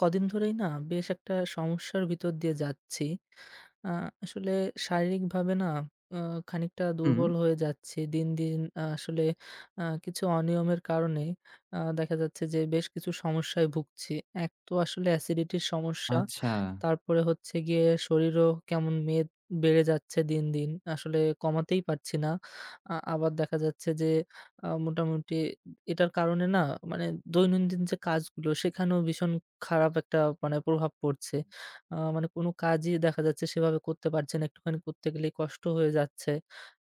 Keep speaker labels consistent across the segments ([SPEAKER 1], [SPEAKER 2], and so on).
[SPEAKER 1] কদিন ধরেই না বেশ একটা সমস্যার ভিতর দিয়ে যাচ্ছি। আ আসলে শারীরিকভাবে না আ খানিকটা
[SPEAKER 2] হুম,
[SPEAKER 1] দুর্বল হয়ে যাচ্ছি। দিন, দিন আসলে কিছু অনিয়মের কারণে দেখা যাচ্ছে যে বেশ কিছু সমস্যায় ভুগছি। এক তো আসলে অ্যাসিডিটির সমস্যা।
[SPEAKER 2] আচ্ছা,
[SPEAKER 1] তারপরে হচ্ছে গিয়ে শরীরও কেমন মেদ বেড়ে যাচ্ছে দিন, দিন। আসলে কমাতেই পারছি না। আবার দেখা যাচ্ছে যে মোটামুটি এটার কারণে না, মানে দৈনন্দিন যে কাজগুলো সেখানেও ভীষণ খারাপ একটা, মানে, প্রভাব পড়ছে। মানে কোনো কাজই দেখা যাচ্ছে সেভাবে করতে পারছি না। একটুখানি করতে গেলেই কষ্ট হয়ে যাচ্ছে।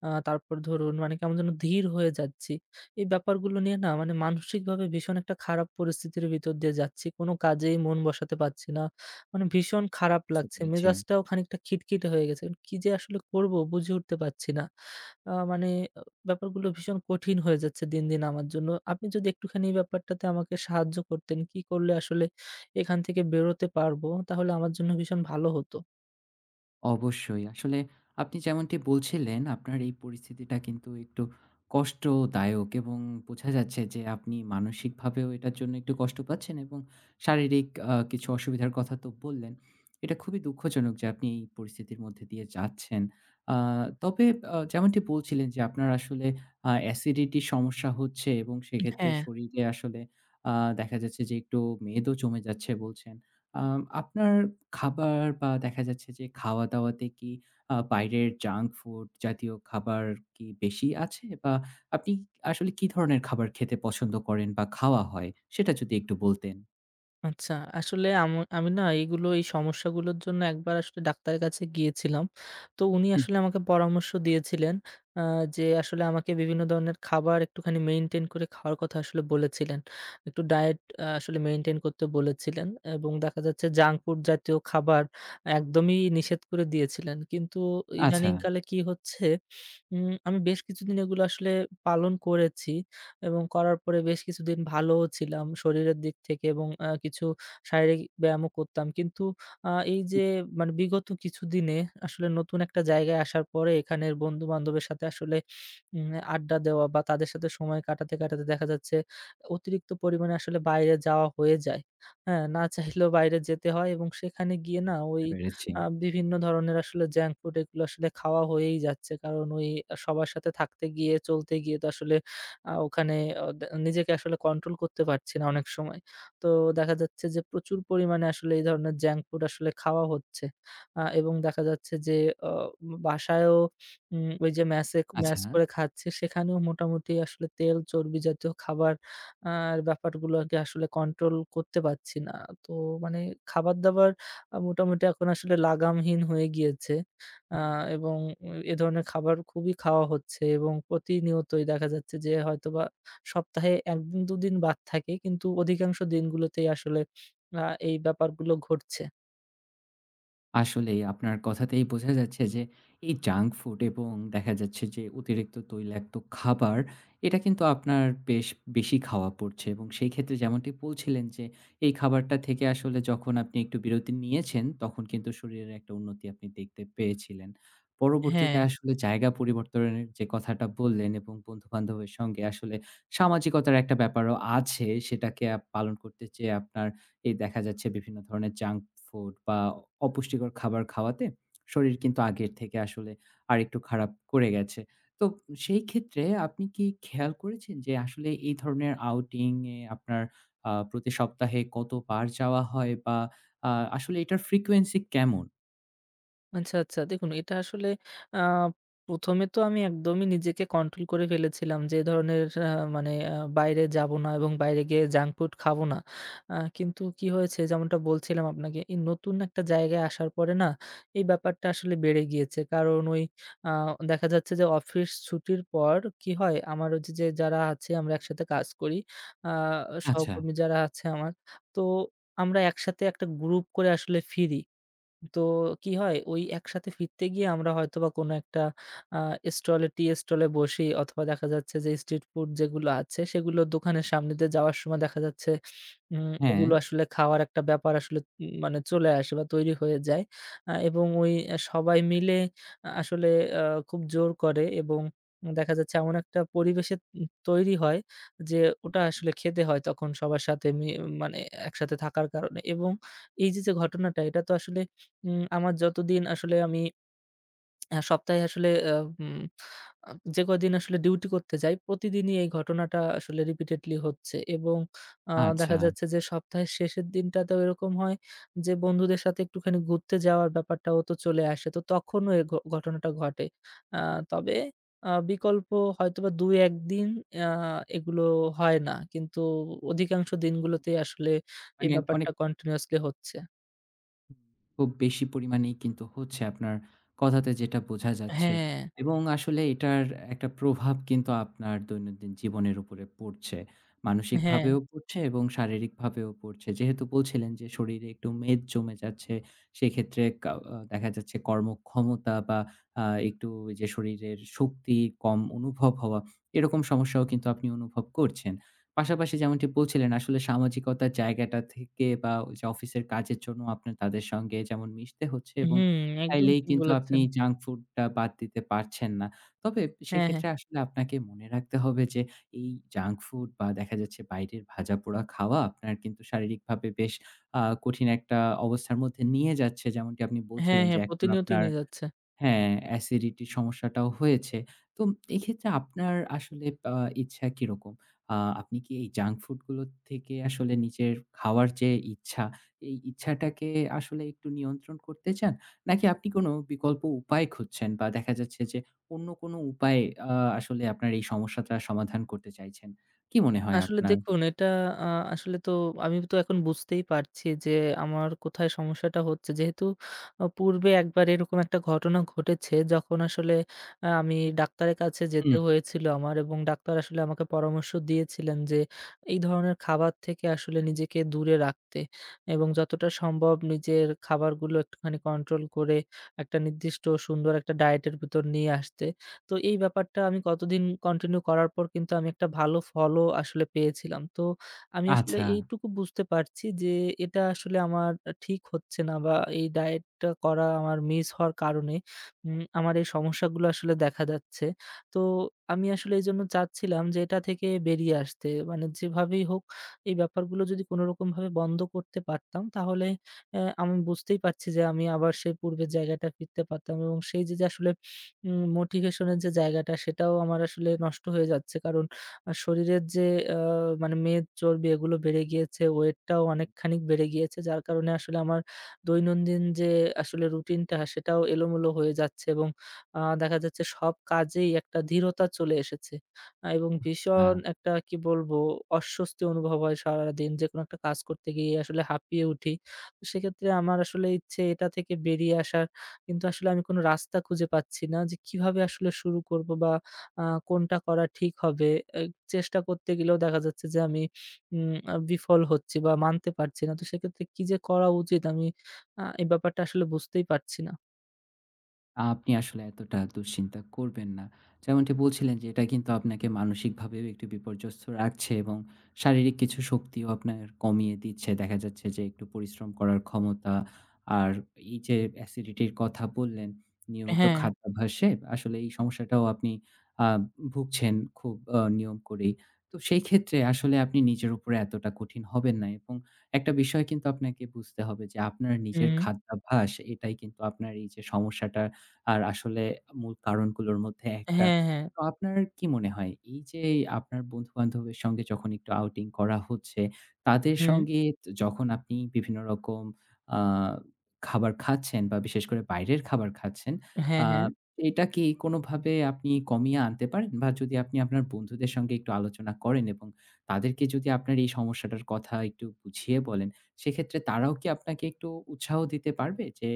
[SPEAKER 1] তারপর ধরুন, মানে কেমন যেন ধীর হয়ে যাচ্ছি। এই ব্যাপারগুলো নিয়ে না, মানে মানসিকভাবে ভীষণ একটা খারাপ পরিস্থিতির ভিতর দিয়ে যাচ্ছি। কোনো কাজেই মন বসাতে পারছি না। মানে ভীষণ খারাপ
[SPEAKER 2] বুঝতে
[SPEAKER 1] লাগছে।
[SPEAKER 2] পেরেছি।
[SPEAKER 1] মেজাজটাও খানিকটা খিটখিটে হয়ে গেছে। কি যে আসলে করব বুঝে উঠতে পারছি না। মানে আ ব্যাপারগুলো ভীষণ কঠিন হয়ে যাচ্ছে দিন, দিন আমার জন্য। আপনি যদি একটুখানি এই ব্যাপারটাতে আমাকে সাহায্য করতেন, কি করলে আসলে এখান থেকে বেরোতে পারবো? তাহলে আমার জন্য ভীষণ ভালো হতো।
[SPEAKER 2] অবশ্যই। আসলে আপনি যেমনটি বলছিলেন, আপনার এই পরিস্থিতিটা কিন্তু একটু কষ্টদায়ক, এবং বোঝা যাচ্ছে যে আপনি মানসিকভাবেও এটার জন্য একটু কষ্ট পাচ্ছেন, এবং শারীরিক কিছু অসুবিধার কথা তো বললেন। এটা খুবই দুঃখজনক যে আপনি এই পরিস্থিতির মধ্যে দিয়ে যাচ্ছেন। আ তবে যেমনটি বলছিলেন যে আপনার আসলে অ্যাসিডিটির সমস্যা হচ্ছে এবং সেক্ষেত্রে
[SPEAKER 1] হ্যাঁ।
[SPEAKER 2] শরীরে আসলে আ দেখা যাচ্ছে যে একটু মেদও জমে যাচ্ছে বলছেন। আপনার খাবার, বা দেখা যাচ্ছে যে খাওয়া-দাওয়াতে কি বাইরের জাঙ্ক ফুড জাতীয় খাবার কি বেশি আছে? বা আপনি আসলে কি ধরনের খাবার খেতে পছন্দ করেন বা খাওয়া হয়? সেটা যদি একটু বলতেন।
[SPEAKER 1] আচ্ছা, আসলে আমি না এই সমস্যাগুলোর জন্য একবার আসলে ডাক্তারের কাছে গিয়েছিলাম। তো উনি
[SPEAKER 2] হুম।
[SPEAKER 1] আসলে আমাকে পরামর্শ দিয়েছিলেন, আ যে আসলে আমাকে বিভিন্ন ধরনের খাবার একটুখানি মেইনটেইন করে খাওয়ার কথা আসলে বলেছিলেন। একটু ডায়েট আসলে মেইনটেইন করতে বলেছিলেন এবং দেখা যাচ্ছে জাঙ্ক ফুড জাতীয় খাবার একদমই নিষেধ করে দিয়েছিলেন। কিন্তু
[SPEAKER 2] আচ্ছা,
[SPEAKER 1] ইদানিংকালে কি হচ্ছে, আমি বেশ কিছুদিন এগুলো আসলে পালন করেছি। এবং করার পরে বেশ কিছুদিন ভালোও ছিলাম শরীরের দিক থেকে, এবং কিছু শারীরিক ব্যায়ামও করতাম। কিন্তু এই যে, মানে বিগত কিছুদিনে আসলে নতুন একটা জায়গায় আসার পরে এখানের বন্ধু-বান্ধবের সাথে আসলে উম আড্ডা দেওয়া বা তাদের সাথে সময় কাটাতে, কাটাতে দেখা যাচ্ছে অতিরিক্ত পরিমাণে আসলে বাইরে যাওয়া হয়ে যায়। হ্যাঁ? না চাইলেও বাইরে যেতে হয়, এবং সেখানে গিয়ে না
[SPEAKER 2] বুঝতে
[SPEAKER 1] ওই
[SPEAKER 2] পেরেছি।
[SPEAKER 1] বিভিন্ন ধরনের আসলে জাঙ্ক ফুড এগুলো আসলে খাওয়া হয়েই যাচ্ছে। কারণ ওই সবার সাথে থাকতে গিয়ে, চলতে গিয়ে তো আসলে ওখানে অ দে নিজেকে আসলে কন্ট্রোল করতে পারছি না অনেক সময়। তো দেখা যাচ্ছে যে প্রচুর পরিমাণে আসলে এই ধরনের জাঙ্ক ফুড আসলে খাওয়া হচ্ছে। এবং দেখা যাচ্ছে যে অ বাসায়ও ওই যে ম্যাসে,
[SPEAKER 2] আচ্ছা।
[SPEAKER 1] ম্যাস করে খাচ্ছি সেখানেও মোটামুটি আসলে তেল, চর্বি জাতীয় খাবার, আর ব্যাপারগুলোকে আসলে কন্ট্রোল করতে পারছি না। তো মানে খাবার-দাবার মোটামুটি এখন আসলে লাগামহীন হয়ে গিয়েছে। আ
[SPEAKER 2] হুম।
[SPEAKER 1] এবং এ ধরনের খাবার খুবই খাওয়া হচ্ছে, এবং প্রতিনিয়তই দেখা যাচ্ছে যে হয়তোবা সপ্তাহে ১ দিন ২ দিন বাদ থাকে। কিন্তু অধিকাংশ দিনগুলোতেই আসলে আ এই ব্যাপারগুলো ঘটছে।
[SPEAKER 2] আসলেই আপনার কথাতেই বোঝা যাচ্ছে যে এই জাঙ্ক ফুড এবং দেখা যাচ্ছে যে অতিরিক্ত তৈলাক্ত খাবার, এটা কিন্তু আপনার বেশ বেশি খাওয়া পড়ছে, এবং সেই ক্ষেত্রে যেমনটি বলছিলেন যে এই খাবারটা থেকে আসলে যখন আপনি একটু বিরতি নিয়েছেন, তখন কিন্তু শরীরের একটা উন্নতি আপনি দেখতে পেয়েছিলেন।
[SPEAKER 1] হ্যাঁ।
[SPEAKER 2] পরবর্তীতে আসলে জায়গা পরিবর্তনের যে কথাটা বললেন এবং বন্ধু-বান্ধবের সঙ্গে আসলে সামাজিকতার একটা ব্যাপারও আছে, সেটাকে আপ পালন করতে চেয়ে আপনার এই দেখা যাচ্ছে বিভিন্ন ধরনের জাঙ্ক ফুড বা অপুষ্টিকর খাবার খাওয়াতে শরীর কিন্তু আগের থেকে আসলে আরেকটু খারাপ করে গেছে। তো সেই ক্ষেত্রে আপনি কি খেয়াল করেছেন যে আসলে এই ধরনের আউটিং এ আপনার প্রতি সপ্তাহে কতবার যাওয়া হয়, বা আ আসলে এটার ফ্রিকোয়েন্সি কেমন?
[SPEAKER 1] আচ্ছা, আচ্ছা। দেখুন, এটা আসলে আ ১ম এ তো আমি একদমই নিজেকে কন্ট্রোল করে ফেলেছিলাম যে এ ধরনের,
[SPEAKER 2] হুম, হুম।
[SPEAKER 1] মানে বাইরে যাব না এবং বাইরে গিয়ে জাঙ্ক ফুড খাবো না। কিন্তু কি হয়েছে, যেমনটা বলছিলাম আপনাকে, এই নতুন একটা জায়গায় আসার পরে না এই ব্যাপারটা আসলে বেড়ে গিয়েছে। কারণ ওই আ দেখা যাচ্ছে যে অফিস ছুটির পর কি হয় আমার, ওই যে যারা আছে আমরা একসাথে কাজ করি, আ
[SPEAKER 2] আচ্ছা,
[SPEAKER 1] সহকর্মী যারা আছে আমার, তো আমরা একসাথে একটা গ্রুপ করে আসলে ফিরি। তো কি হয়, ওই একসাথে ফিরতে গিয়ে আমরা হয়তোবা কোনো একটা আ টি স্টলে বসি, অথবা দেখা যাচ্ছে যে স্ট্রিট ফুড যেগুলো আছে সেগুলো দোকানের সামনে দিয়ে যাওয়ার সময় দেখা যাচ্ছে
[SPEAKER 2] হ্যাঁ,
[SPEAKER 1] ওগুলো আসলে খাওয়ার একটা ব্যাপার আসলে, মানে, চলে আসে বা তৈরি হয়ে যায়। এবং ওই সবাই মিলে আসলে আ খুব জোর করে, এবং দেখা যাচ্ছে এমন একটা পরিবেশে তৈরি হয় যে ওটা আসলে খেতে হয় তখন সবার সাথে, মানে একসাথে থাকার কারণে। এবং এই যে, ঘটনাটা, এটা তো আসলে আমার যতদিন আসলে আমি সপ্তাহে আসলে উম আ যে কয়দিন আসলে ডিউটি করতে যাই, প্রতিদিনই এই ঘটনাটা আসলে রিপিটেডলি হচ্ছে, এবং আ
[SPEAKER 2] আচ্ছা।
[SPEAKER 1] দেখা যাচ্ছে যে সপ্তাহের শেষের দিনটাতেও এরকম হয় যে বন্ধুদের সাথে একটুখানি ঘুরতে যাওয়ার ব্যাপারটাও তো চলে আসে। তো তখনও এই ঘটনাটা ঘটে। আ তবে বিকল্প হয়তোবা ২-১ দিন আ এগুলো হয় না। কিন্তু অধিকাংশ
[SPEAKER 2] হুম।
[SPEAKER 1] দিনগুলোতেই আসলে এই
[SPEAKER 2] মানে অনেক
[SPEAKER 1] ব্যাপারটা কন্টিনিউয়াসলি হচ্ছে।
[SPEAKER 2] খুব বেশি পরিমাণেই কিন্তু হচ্ছে আপনার কথাতে, যেটা বোঝা যাচ্ছে।
[SPEAKER 1] হ্যাঁ,
[SPEAKER 2] এবং আসলে এটার একটা প্রভাব কিন্তু আপনার দৈনন্দিন জীবনের উপরে পড়ছে।
[SPEAKER 1] হ্যাঁ।
[SPEAKER 2] মানসিকভাবেও পড়ছে এবং শারীরিকভাবেও পড়ছে। যেহেতু বলছিলেন যে শরীরে একটু মেদ জমে যাচ্ছে, সেক্ষেত্রে কাউ দেখা যাচ্ছে কর্মক্ষমতা বা একটু ওই যে শরীরের শক্তি কম অনুভব হওয়া, এরকম সমস্যাও কিন্তু আপনি অনুভব করছেন। পাশাপাশি যেমনটি বলছিলেন আসলে সামাজিকতার জায়গাটা থেকে বা ওই যে অফিসের কাজের জন্য আপনার তাদের সঙ্গে যেমন মিশতে হচ্ছে, এবং
[SPEAKER 1] হুম, একদম
[SPEAKER 2] চাইলেই
[SPEAKER 1] ঠিক
[SPEAKER 2] কিন্তু আপনি
[SPEAKER 1] বলেছেন।
[SPEAKER 2] জাঙ্ক ফুডটা বাদ দিতে পারছেন না। তবে
[SPEAKER 1] হ্যাঁ, হ্যাঁ।
[SPEAKER 2] সেক্ষেত্রে আসলে আপনাকে মনে রাখতে হবে যে এই জাঙ্ক ফুড বা দেখা যাচ্ছে বাইরের ভাজাপোড়া খাওয়া আপনার কিন্তু শারীরিকভাবে বেশ কঠিন একটা অবস্থার মধ্যে নিয়ে যাচ্ছে। যেমনটি আপনি
[SPEAKER 1] হ্যাঁ,
[SPEAKER 2] বলছিলেন যে
[SPEAKER 1] হ্যাঁ,
[SPEAKER 2] এখন
[SPEAKER 1] প্রতিনিয়তই
[SPEAKER 2] আপনার
[SPEAKER 1] নিয়ে যাচ্ছে।
[SPEAKER 2] হ্যাঁ, অ্যাসিডিটির সমস্যাটাও হয়েছে। তো এক্ষেত্রে আপনার আসলে আ ইচ্ছা কিরকম? আ আপনি কি এই জাঙ্ক ফুডগুলো থেকে আসলে নিজের খাওয়ার যে ইচ্ছা, এই ইচ্ছাটাকে আসলে একটু নিয়ন্ত্রণ করতে চান? নাকি আপনি কোনো বিকল্প উপায় খুঁজছেন, বা দেখা যাচ্ছে যে অন্য কোনো উপায়ে আ আসলে আপনার এই সমস্যাটা সমাধান করতে চাইছেন? কি মনে হয়
[SPEAKER 1] আসলে
[SPEAKER 2] আপনার?
[SPEAKER 1] দেখুন, এটা আ আসলে তো আমি তো এখন বুঝতেই পারছি যে আমার কোথায় সমস্যাটা হচ্ছে। যেহেতু পূর্বে একবার এরকম একটা ঘটনা ঘটেছে, যখন আসলে আমি ডাক্তারের কাছে যেতে
[SPEAKER 2] হুম,
[SPEAKER 1] হয়েছিল আমার, এবং ডাক্তার আসলে আমাকে পরামর্শ দিয়েছিলেন যে এই ধরনের খাবার থেকে আসলে নিজেকে দূরে রাখতে, এবং যতটা সম্ভব নিজের খাবারগুলো একটুখানি কন্ট্রোল করে একটা নির্দিষ্ট সুন্দর একটা ডায়েটের ভিতর নিয়ে আসতে। তো এই ব্যাপারটা আমি কতদিন কন্টিনিউ করার পর কিন্তু আমি একটা ভালো ফলও আসলে পেয়েছিলাম। তো আমি আসলে
[SPEAKER 2] আচ্ছা।
[SPEAKER 1] এইটুকু বুঝতে পারছি যে এটা আসলে আমার ঠিক হচ্ছে না, বা এই ডায়েটটা করা আমার মিস হওয়ার কারণে আমার এই সমস্যাগুলো আসলে দেখা যাচ্ছে। তো আমি আসলে এজন্য চাচ্ছিলাম যে এটা থেকে বেরিয়ে আসতে। মানে যেভাবেই হোক এই ব্যাপারগুলো যদি কোনরকমভাবে বন্ধ করতে পারতাম, তাহলে আমি বুঝতেই পারছি যে আমি আবার সেই পূর্বের জায়গাটা ফিরতে পারতাম, এবং সেই যে আসলে মোটিভেশন এর যে জায়গাটা সেটাও আমার আসলে নষ্ট হয়ে যাচ্ছে। কারণ শরীরের যে আ মানে মেদ, চর্বি এগুলো বেড়ে গিয়েছে, ওয়েটটাও
[SPEAKER 2] হুম,
[SPEAKER 1] অনেকখানি বেড়ে গিয়েছে। যার কারণে আসলে আমার দৈনন্দিন যে আসলে রুটিনটা, সেটাও এলোমেলো হয়ে যাচ্ছে, এবং দেখা যাচ্ছে সব কাজেই একটা ধীরতা চলে এসেছে। এবং
[SPEAKER 2] আ
[SPEAKER 1] ভীষণ একটা, কি বলবো, অস্বস্তি অনুভব হয় সারাদিন। যেকোনো একটা কাজ করতে গিয়ে আসলে হাঁপিয়ে উঠি। তো সেক্ষেত্রে আমার আসলে ইচ্ছে এটা থেকে বেরিয়ে আসার, কিন্তু আসলে আমি কোনো রাস্তা খুঁজে পাচ্ছি না যে কিভাবে আসলে শুরু করব, বা আ কোনটা করা ঠিক হবে। এ চেষ্টা করতে গেলেও দেখা যাচ্ছে যে আমি বিফল হচ্ছি বা মানতে পারছি না। তো সেক্ষেত্রে কি যে করা উচিত, আমি এই ব্যাপারটা আসলে বুঝতেই পারছি না।
[SPEAKER 2] আপনি আসলে এতটা দুশ্চিন্তা করবেন না। যেমনটি বলছিলেন যে এটা কিন্তু আপনাকে মানসিকভাবেও একটু বিপর্যস্ত রাখছে এবং শারীরিক কিছু শক্তিও আপনার কমিয়ে দিচ্ছে। দেখা যাচ্ছে যে একটু পরিশ্রম করার ক্ষমতা আর এই যে অ্যাসিডিটির কথা বললেন, নিয়মিত
[SPEAKER 1] হ্যাঁ,
[SPEAKER 2] খাদ্যাভ্যাসে আসলে এই সমস্যাটাও আপনি আ ভুগছেন খুব নিয়ম করেই। তো সেই ক্ষেত্রে আসলে আপনি নিজের উপরে এতটা কঠিন হবেন না, এবং একটা বিষয় কিন্তু আপনাকে বুঝতে হবে যে আপনার নিজের
[SPEAKER 1] হুম,
[SPEAKER 2] খাদ্যাভ্যাস এটাই কিন্তু আপনার এই যে সমস্যাটা, আর আসলে মূল কারণগুলোর মধ্যে একটা।
[SPEAKER 1] হ্যাঁ, হ্যাঁ,
[SPEAKER 2] তো আপনার কি মনে হয় এই যে আপনার বন্ধু-বান্ধবের সঙ্গে যখন একটু আউটিং করা হচ্ছে, তাদের
[SPEAKER 1] হুম,
[SPEAKER 2] সঙ্গে যখন আপনি বিভিন্ন রকম আ খাবার খাচ্ছেন বা বিশেষ করে বাইরের খাবার খাচ্ছেন,
[SPEAKER 1] হ্যাঁ,
[SPEAKER 2] আ
[SPEAKER 1] হ্যাঁ,
[SPEAKER 2] এটা কি কোনোভাবে আপনি কমিয়ে আনতে পারেন? বা যদি আপনি আপনার বন্ধুদের সঙ্গে একটু আলোচনা করেন এবং তাদেরকে যদি আপনার এই সমস্যাটার কথা একটু বুঝিয়ে বলেন, সেক্ষেত্রে তারাও কি আপনাকে একটু উৎসাহ দিতে পারবে? যে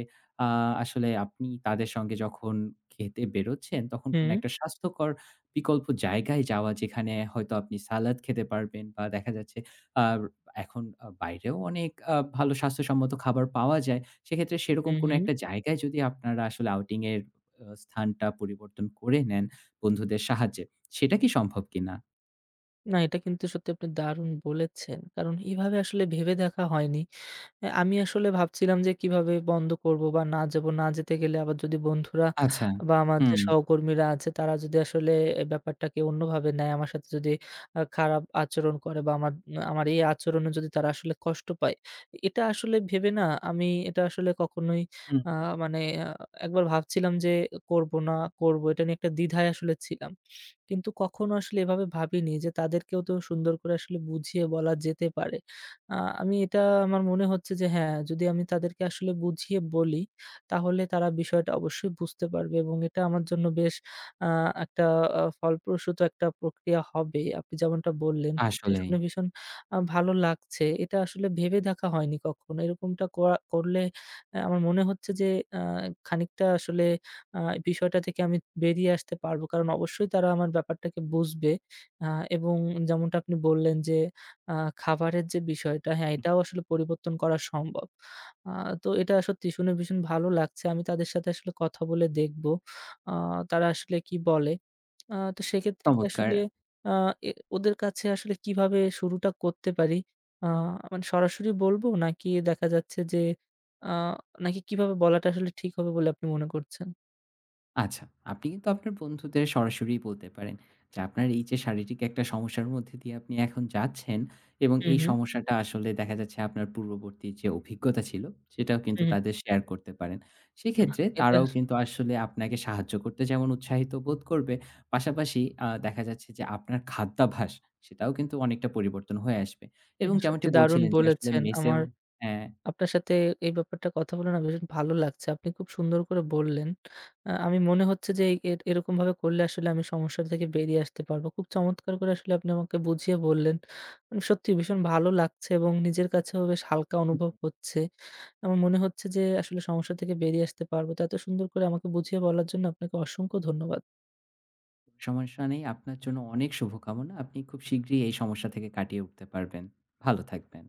[SPEAKER 2] আ আসলে আপনি তাদের সঙ্গে যখন খেতে বেরোচ্ছেন, তখন কোনো
[SPEAKER 1] হুম,
[SPEAKER 2] একটা স্বাস্থ্যকর বিকল্প জায়গায় যাওয়া, যেখানে হয়তো আপনি সালাদ খেতে পারবেন, বা দেখা যাচ্ছে আ এখন বাইরেও অনেক ভালো স্বাস্থ্যসম্মত খাবার পাওয়া যায়। সেক্ষেত্রে সেরকম
[SPEAKER 1] হুম,
[SPEAKER 2] কোনো
[SPEAKER 1] হুম।
[SPEAKER 2] একটা জায়গায় যদি আপনারা আসলে আউটিং এর স্থানটা পরিবর্তন করে নেন বন্ধুদের সাহায্যে, সেটা কি সম্ভব কিনা?
[SPEAKER 1] না, এটা কিন্তু সত্যি, আপনি দারুণ বলেছেন। কারণ এভাবে আসলে ভেবে দেখা হয়নি। হ্যাঁ, আমি আসলে ভাবছিলাম যে কিভাবে বন্ধ করব বা না যাবো। না যেতে গেলে আবার যদি বন্ধুরা
[SPEAKER 2] আচ্ছা।
[SPEAKER 1] বা আমার যে
[SPEAKER 2] হুম,
[SPEAKER 1] সহকর্মীরা আছে তারা যদি আসলে এ ব্যাপারটাকে অন্যভাবে নেয়, আমার সাথে যদি খারাপ আচরণ করে, বা আমার আমার এই আচরণে যদি তারা আসলে কষ্ট পায়, এটা আসলে ভেবে না, আমি এটা আসলে কখনোই,
[SPEAKER 2] হুম,
[SPEAKER 1] আ
[SPEAKER 2] হুম।
[SPEAKER 1] মানে, আ একবার ভাবছিলাম যে করব না করব। এটা নিয়ে একটা দ্বিধায় আসলে ছিলাম। কিন্তু কখনো আসলে এভাবে ভাবিনি যে তাদেরকেও তো সুন্দর করে আসলে বুঝিয়ে বলা যেতে পারে। আ আমি এটা আমার মনে হচ্ছে যে হ্যাঁ, যদি আমি তাদেরকে আসলে বুঝিয়ে বলি, তাহলে তারা বিষয়টা অবশ্যই বুঝতে পারবে, এবং এটা আমার জন্য বেশ আ একটা ফলপ্রসূ একটা প্রক্রিয়া হবে। আপনি যেমনটা বললেন, সত্যি
[SPEAKER 2] আসলেই।
[SPEAKER 1] শুনে ভীষণ ভালো লাগছে। এটা আসলে ভেবে দেখা হয়নি কখনো। এরকমটা করলে আমার মনে হচ্ছে যে আ খানিকটা আসলে আ বিষয়টা থেকে আমি বেরিয়ে আসতে পারবো। কারণ অবশ্যই তারা আমার ব্যাপারটাকে বুঝবে, আ এবং যেমনটা আপনি বললেন যে আ খাবারের যে বিষয়টা, হ্যাঁ,
[SPEAKER 2] হুম,
[SPEAKER 1] এটাও আসলে পরিবর্তন করা সম্ভব। আ তো এটা সত্যি শুনে ভীষণ ভালো লাগছে। আমি তাদের সাথে আসলে কথা বলে দেখব আ তারা আসলে কি বলে। তো সেক্ষেত্রে কি
[SPEAKER 2] চমৎকার।
[SPEAKER 1] আসলে, আ এ ওদের কাছে আসলে কিভাবে শুরুটা করতে পারি? আ মানে সরাসরি বলবো, নাকি দেখা যাচ্ছে যে, আ নাকি কিভাবে বলাটা আসলে ঠিক হবে বলে আপনি মনে করছেন?
[SPEAKER 2] আচ্ছা, আপনি কিন্তু আপনার বন্ধুদের সরাসরি বলতে পারেন যে, আপনার এই যে শারীরিক একটা সমস্যার মধ্যে দিয়ে আপনি এখন যাচ্ছেন এবং
[SPEAKER 1] হু,
[SPEAKER 2] এই
[SPEAKER 1] হু,
[SPEAKER 2] সমস্যাটা আসলে দেখা যাচ্ছে আপনার পূর্ববর্তী যে অভিজ্ঞতা ছিল, সেটাও কিন্তু
[SPEAKER 1] হু, হু।
[SPEAKER 2] তাদের শেয়ার করতে পারেন।
[SPEAKER 1] বাহ!
[SPEAKER 2] সেক্ষেত্রে
[SPEAKER 1] এটা
[SPEAKER 2] তারাও কিন্তু আসলে আপনাকে সাহায্য করতে যেমন উৎসাহিত বোধ করবে, পাশাপাশি দেখা যাচ্ছে যে আপনার খাদ্যাভ্যাস, সেটাও কিন্তু অনেকটা পরিবর্তন হয়ে আসবে এবং যেমনটি
[SPEAKER 1] সত্যি দারুণ
[SPEAKER 2] বলছিলেন যে আসলে
[SPEAKER 1] বলেছেন।
[SPEAKER 2] মেসেও
[SPEAKER 1] আমার
[SPEAKER 2] হ্যাঁ।
[SPEAKER 1] আপনার সাথে এই ব্যাপারটা কথা বলে না ভীষণ ভালো লাগছে। আপনি খুব সুন্দর করে বললেন। আমি মনে হচ্ছে যে এরকমভাবে করলে আসলে আমি সমস্যা থেকে বেরিয়ে আসতে পারবো। খুব চমৎকার করে আসলে আপনি আমাকে বুঝিয়ে বললেন। মানে সত্যি ভীষণ ভালো লাগছে, এবং নিজের কাছেও বেশ হালকা অনুভব হচ্ছে। আমার মনে হচ্ছে যে আসলে সমস্যা থেকে বেরিয়ে আসতে পারবো। তো এত সুন্দর করে আমাকে বুঝিয়ে বলার জন্য আপনাকে অসংখ্য ধন্যবাদ।
[SPEAKER 2] সমস্যা নেই। আপনার জন্য অনেক শুভকামনা। আপনি খুব শীঘ্রই এই সমস্যা থেকে কাটিয়ে উঠতে পারবেন। ভালো থাকবেন।